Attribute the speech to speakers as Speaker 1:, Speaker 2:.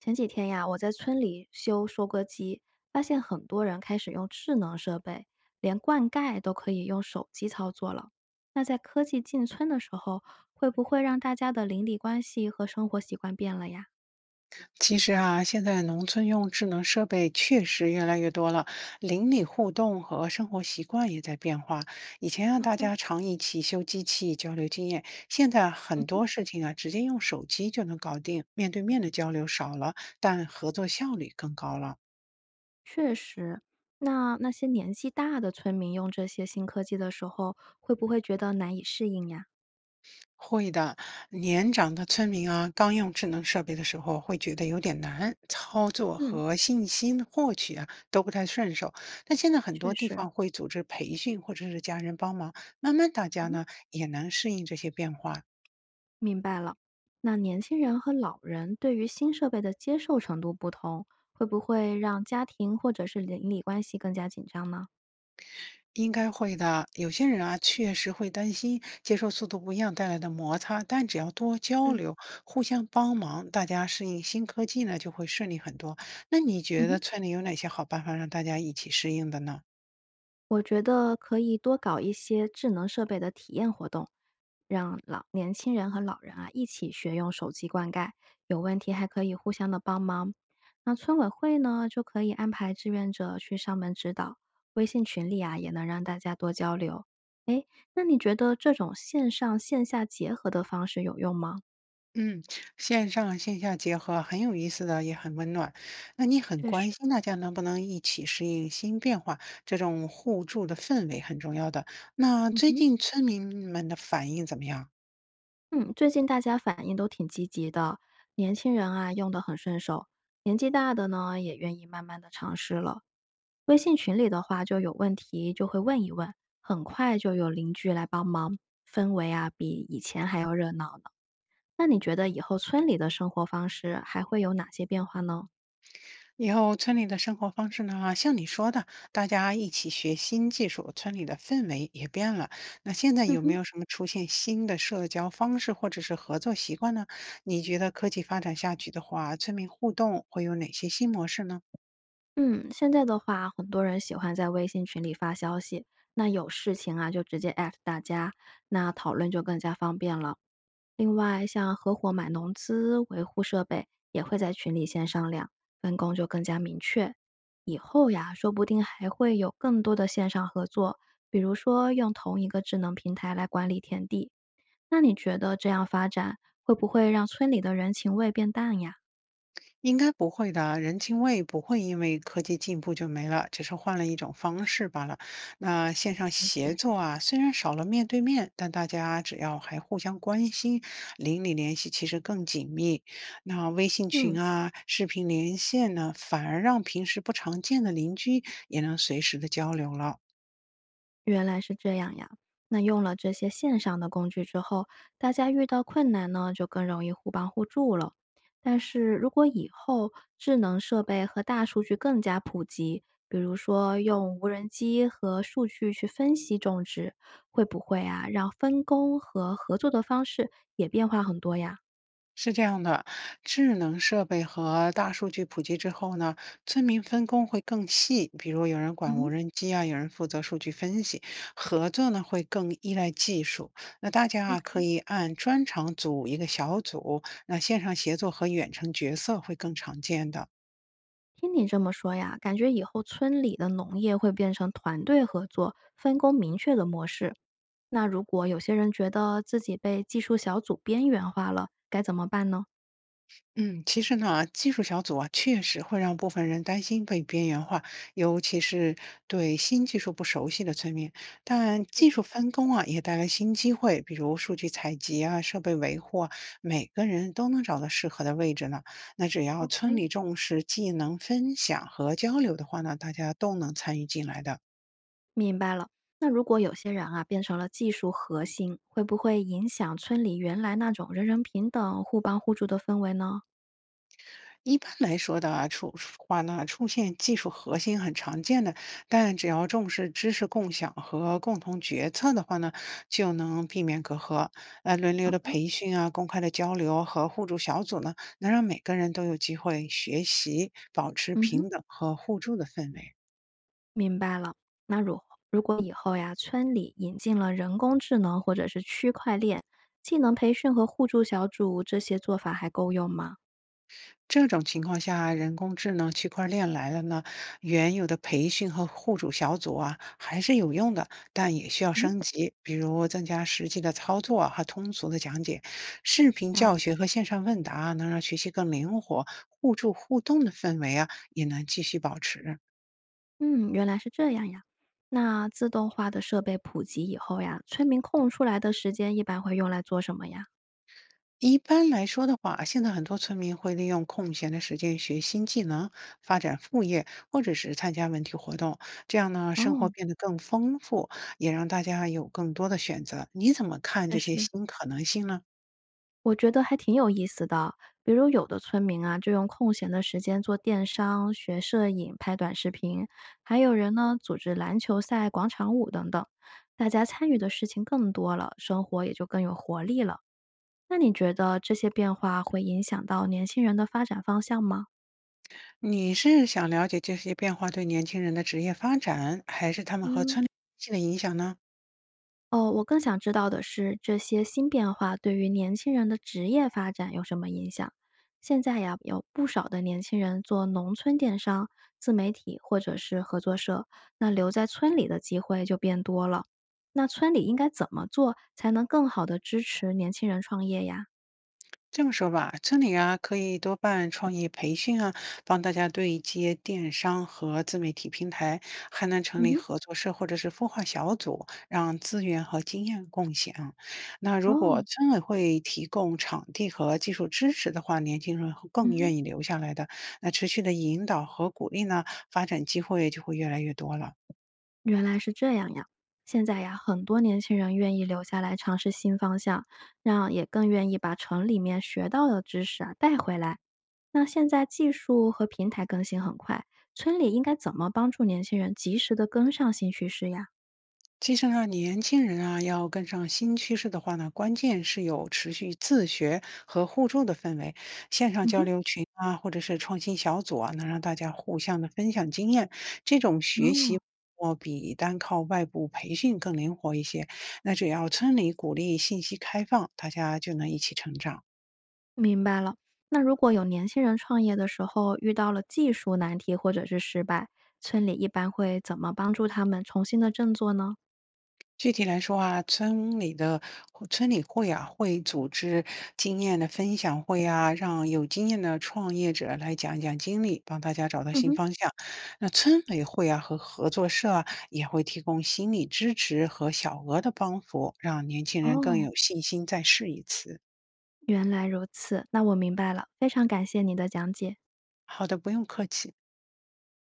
Speaker 1: 前几天呀，我在村里修收割机，发现很多人开始用智能设备，连灌溉都可以用手机操作了。那在科技进村的时候，会不会让大家的邻里关系和生活习惯变了呀？
Speaker 2: 其实啊，现在农村用智能设备确实越来越多了，邻里互动和生活习惯也在变化。以前啊，
Speaker 1: 那
Speaker 2: 大
Speaker 1: 会，
Speaker 2: 家常一起修机器交流经验，现在
Speaker 1: 嗯
Speaker 2: 很
Speaker 1: 哼，
Speaker 2: 多事情啊，直接用手机就能搞定，面对面的交流少了，但合作效率更高了。
Speaker 1: 确实，那些年纪大的村民用这些新科技的时候，会不会觉得难以适应呀？
Speaker 2: 会的，年长的村民啊，刚用智能设备的时候会觉得有点难，操作
Speaker 1: 嗯，
Speaker 2: 和信息获取啊都不太顺手。但现在很
Speaker 1: 确
Speaker 2: 多地
Speaker 1: 实，
Speaker 2: 方会组织培训或者是家人帮忙，慢慢大家
Speaker 1: 嗯，
Speaker 2: 呢也能适应这些变化，
Speaker 1: 明白了，那年轻人和老人对于新设备的接受程度不同，会不会让家庭或者是邻里关系更加紧张呢？
Speaker 2: 应该会的。有些人啊确实会担心接受速度不一样带来的摩擦，但只要多交
Speaker 1: 嗯。
Speaker 2: 流、互相帮忙，大家适应新科技呢就会顺利很多。那你
Speaker 1: 嗯
Speaker 2: 觉得
Speaker 1: 哼。
Speaker 2: 村里有哪些好办法让大家一起适应的呢？
Speaker 1: 我觉得可以多搞一些智能设备的体验活动，让老年轻人和老人啊一起学用手机灌溉，有问题还可以互相的帮忙。那村委会呢，就可以安排志愿者去上门指导，微信群里啊也能让大家多交流。诶，那你觉得这种线上线下结合的方式有用吗？
Speaker 2: 嗯，线上线下结合很有意思的，也很温暖。那你很
Speaker 1: 确实，
Speaker 2: 关心大家能不能一起适应新变化，这种互助的氛围很重要的。那
Speaker 1: 嗯
Speaker 2: 最
Speaker 1: 哼，
Speaker 2: 近村民们的反应怎么样？
Speaker 1: 嗯，最近大家反应都挺积极的，年轻人啊用的很顺手，年纪大的呢也愿意慢慢的尝试了。微信群里的话，就有问题就会问一问，很快就有邻居来帮忙，氛围啊比以前还要热闹呢。那你觉得以后村里的生活方式还会有哪些变化呢？
Speaker 2: 以后村里的生活方式呢，像你说的，大家一起学新技术，村里的氛围也变了。那现在
Speaker 1: 嗯
Speaker 2: 有没
Speaker 1: 哼，
Speaker 2: 有什么出现新的社交方式或者是合作习惯呢？你觉得科技发展下去的话，村民互动会有哪些新模式呢？
Speaker 1: 嗯，现在的话，很多人喜欢在微信群里发消息，那有事情啊就直接 at 大家，那讨论就更加方便了。另外，像合伙买农资、维护设备，也会在群里先商量，分工就更加明确。以后呀，说不定还会有更多的线上合作，比如说用同一个智能平台来管理田地。那你觉得这样发展会不会让村里的人情味变淡呀？
Speaker 2: 应该不会的，人情味不会因为科技进步就没了，只是换了一种方式罢了。那线上
Speaker 1: 了
Speaker 2: 协
Speaker 1: 解。
Speaker 2: 作啊，虽然少了面对面，但大家只要还互相关心，邻里联系其实更紧密。那微信
Speaker 1: 嗯，
Speaker 2: 群啊、视频连线呢，反而让平时不常见的邻居也能随时的交流了。
Speaker 1: 原来是这样呀。那用了这些线上的工具之后，大家遇到困难呢，就更容易互帮互助了。但是如果以后智能设备和大数据更加普及，比如说用无人机和数据去分析种植，会不会啊让分工和合作的方式也变化很多呀？
Speaker 2: 是这样的，智能设备和大数据普及之后呢，村民分工会更细，比如有人管无
Speaker 1: 嗯，
Speaker 2: 人机啊，有人负责数据分析，合作呢会更依赖技术。那大家啊可
Speaker 1: OK，
Speaker 2: 以按专长组一个小组，那线上协作和远程角色会更常见的。
Speaker 1: 听你这么说呀，感觉以后村里的农业会变成团队合作、分工明确的模式。那如果有些人觉得自己被技术小组边缘化了，该怎么办呢？
Speaker 2: 嗯，其实呢，技术小组啊，确实会让部分人担心被边缘化，尤其是对新技术不熟悉的村民。但技术分工啊，也带来新机会，比如数据采集啊、设备维护啊，每个人都能找到适合的位置呢。那只要村
Speaker 1: ？OK，
Speaker 2: 里重视技能分享和交流的话呢，大家都能参与进来的。
Speaker 1: 明白了。那如果有些人啊变成了技术核心，会不会影响村里原来那种人人平等、互帮互助的氛围呢？
Speaker 2: 一般来说的啊出话呢，出现技术核心很常见的，但只要重视知识共享和共同决策的话呢，就能避免隔阂。轮流
Speaker 1: 好
Speaker 2: 的
Speaker 1: 的，
Speaker 2: 培训啊，公开的交流和互助小组呢，能让每个人都有机会学习，保持
Speaker 1: 嗯哼，
Speaker 2: 平等和互助的氛围。
Speaker 1: 明白了。那如果以后呀，村里引进了人工智能或者是区块链技能培训和互助小组，这些做法还够用吗？
Speaker 2: 这种情况下，人工智能区块链来了呢，原有的培训和互助小组啊还是有用的，但也需要
Speaker 1: 嗯哼，
Speaker 2: 升级，比如增加实际的操作和通俗的讲解。视频教学和线上问答啊能让学习更灵活，互助互动的氛围啊也能继续保持。
Speaker 1: 嗯，原来是这样呀。那自动化的设备普及以后呀，村民空出来的时间一般会用来做什么呀？
Speaker 2: 一般来说的话，现在很多村民会利用空闲的时间学新技能、发展副业，或者是参加文体活动。这样呢，生活
Speaker 1: 哦，
Speaker 2: 变得更丰富，也让大家有更多的选择。你怎么看
Speaker 1: 确
Speaker 2: 这
Speaker 1: 实，
Speaker 2: 些新可能性呢？
Speaker 1: 我觉得还挺有意思的。比如有的村民啊，就用空闲的时间做电商、学摄影、拍短视频，还有人呢组织篮球赛、广场舞等等。大家参与的事情更多了，生活也就更有活力了。那你觉得这些变化会影响到年轻人的发展方向吗？
Speaker 2: 你是想了解这些变化对年轻人的职业发展，还是他们和
Speaker 1: 嗯。
Speaker 2: 村里关系的影响呢？
Speaker 1: 哦，我更想知道的是，这些新变化对于年轻人的职业发展有什么影响？现在呀，有不少的年轻人做农村电商、自媒体或者是合作社，那留在村里的机会就变多了。那村里应该怎么做才能更好的支持年轻人创业呀？
Speaker 2: 这么说吧，村里啊可以多办创业培训啊，帮大家对接电商和自媒体平台，还能成
Speaker 1: 嗯
Speaker 2: 立
Speaker 1: 哼，
Speaker 2: 合作社或者是孵化小组，让资源和经验共享。那如果
Speaker 1: 哦，
Speaker 2: 村委会提供场地和技术支持的话，年轻人会更
Speaker 1: 嗯哼，
Speaker 2: 愿意留下来的。那持续的引导和鼓励呢，发展机会就会越来越多了。
Speaker 1: 原来是这样呀。现在呀，很多年轻人愿意留下来尝试新方向，让也更愿意把城里面学到的知识啊带回来。那现在技术和平台更新很快，村里应该怎么帮助年轻人及时的跟上新趋势呀？
Speaker 2: 其实呢，年轻人啊，要跟上新趋势的话呢，关键是有持续自学和互助的氛围。线上
Speaker 1: 嗯
Speaker 2: 交
Speaker 1: 哼，
Speaker 2: 流群啊，或者是创新小组啊，能让大家互相的分享经验，这种学习
Speaker 1: 哦，
Speaker 2: 我比单靠外部培训更灵活一些。那只要村里鼓励信息开放，大家就能一起成长。
Speaker 1: 明白了。那如果有年轻人创业的时候遇到了技术难题或者是失败，村里一般会怎么帮助他们重新的振作呢？
Speaker 2: 具体来说啊，村里的村里会啊，会组织经验的分享会啊，让有经验的创业者来讲一讲经历，帮大家找到
Speaker 1: 嗯
Speaker 2: 新
Speaker 1: 哼。
Speaker 2: 方向。那村委会啊和合作社啊，也会提供心理支持和小额的帮扶，让年轻人更
Speaker 1: 哦，
Speaker 2: 有信心再试一次。
Speaker 1: 原来如此，那我明白了，非常感谢你的讲解。
Speaker 2: 好的，不用客气。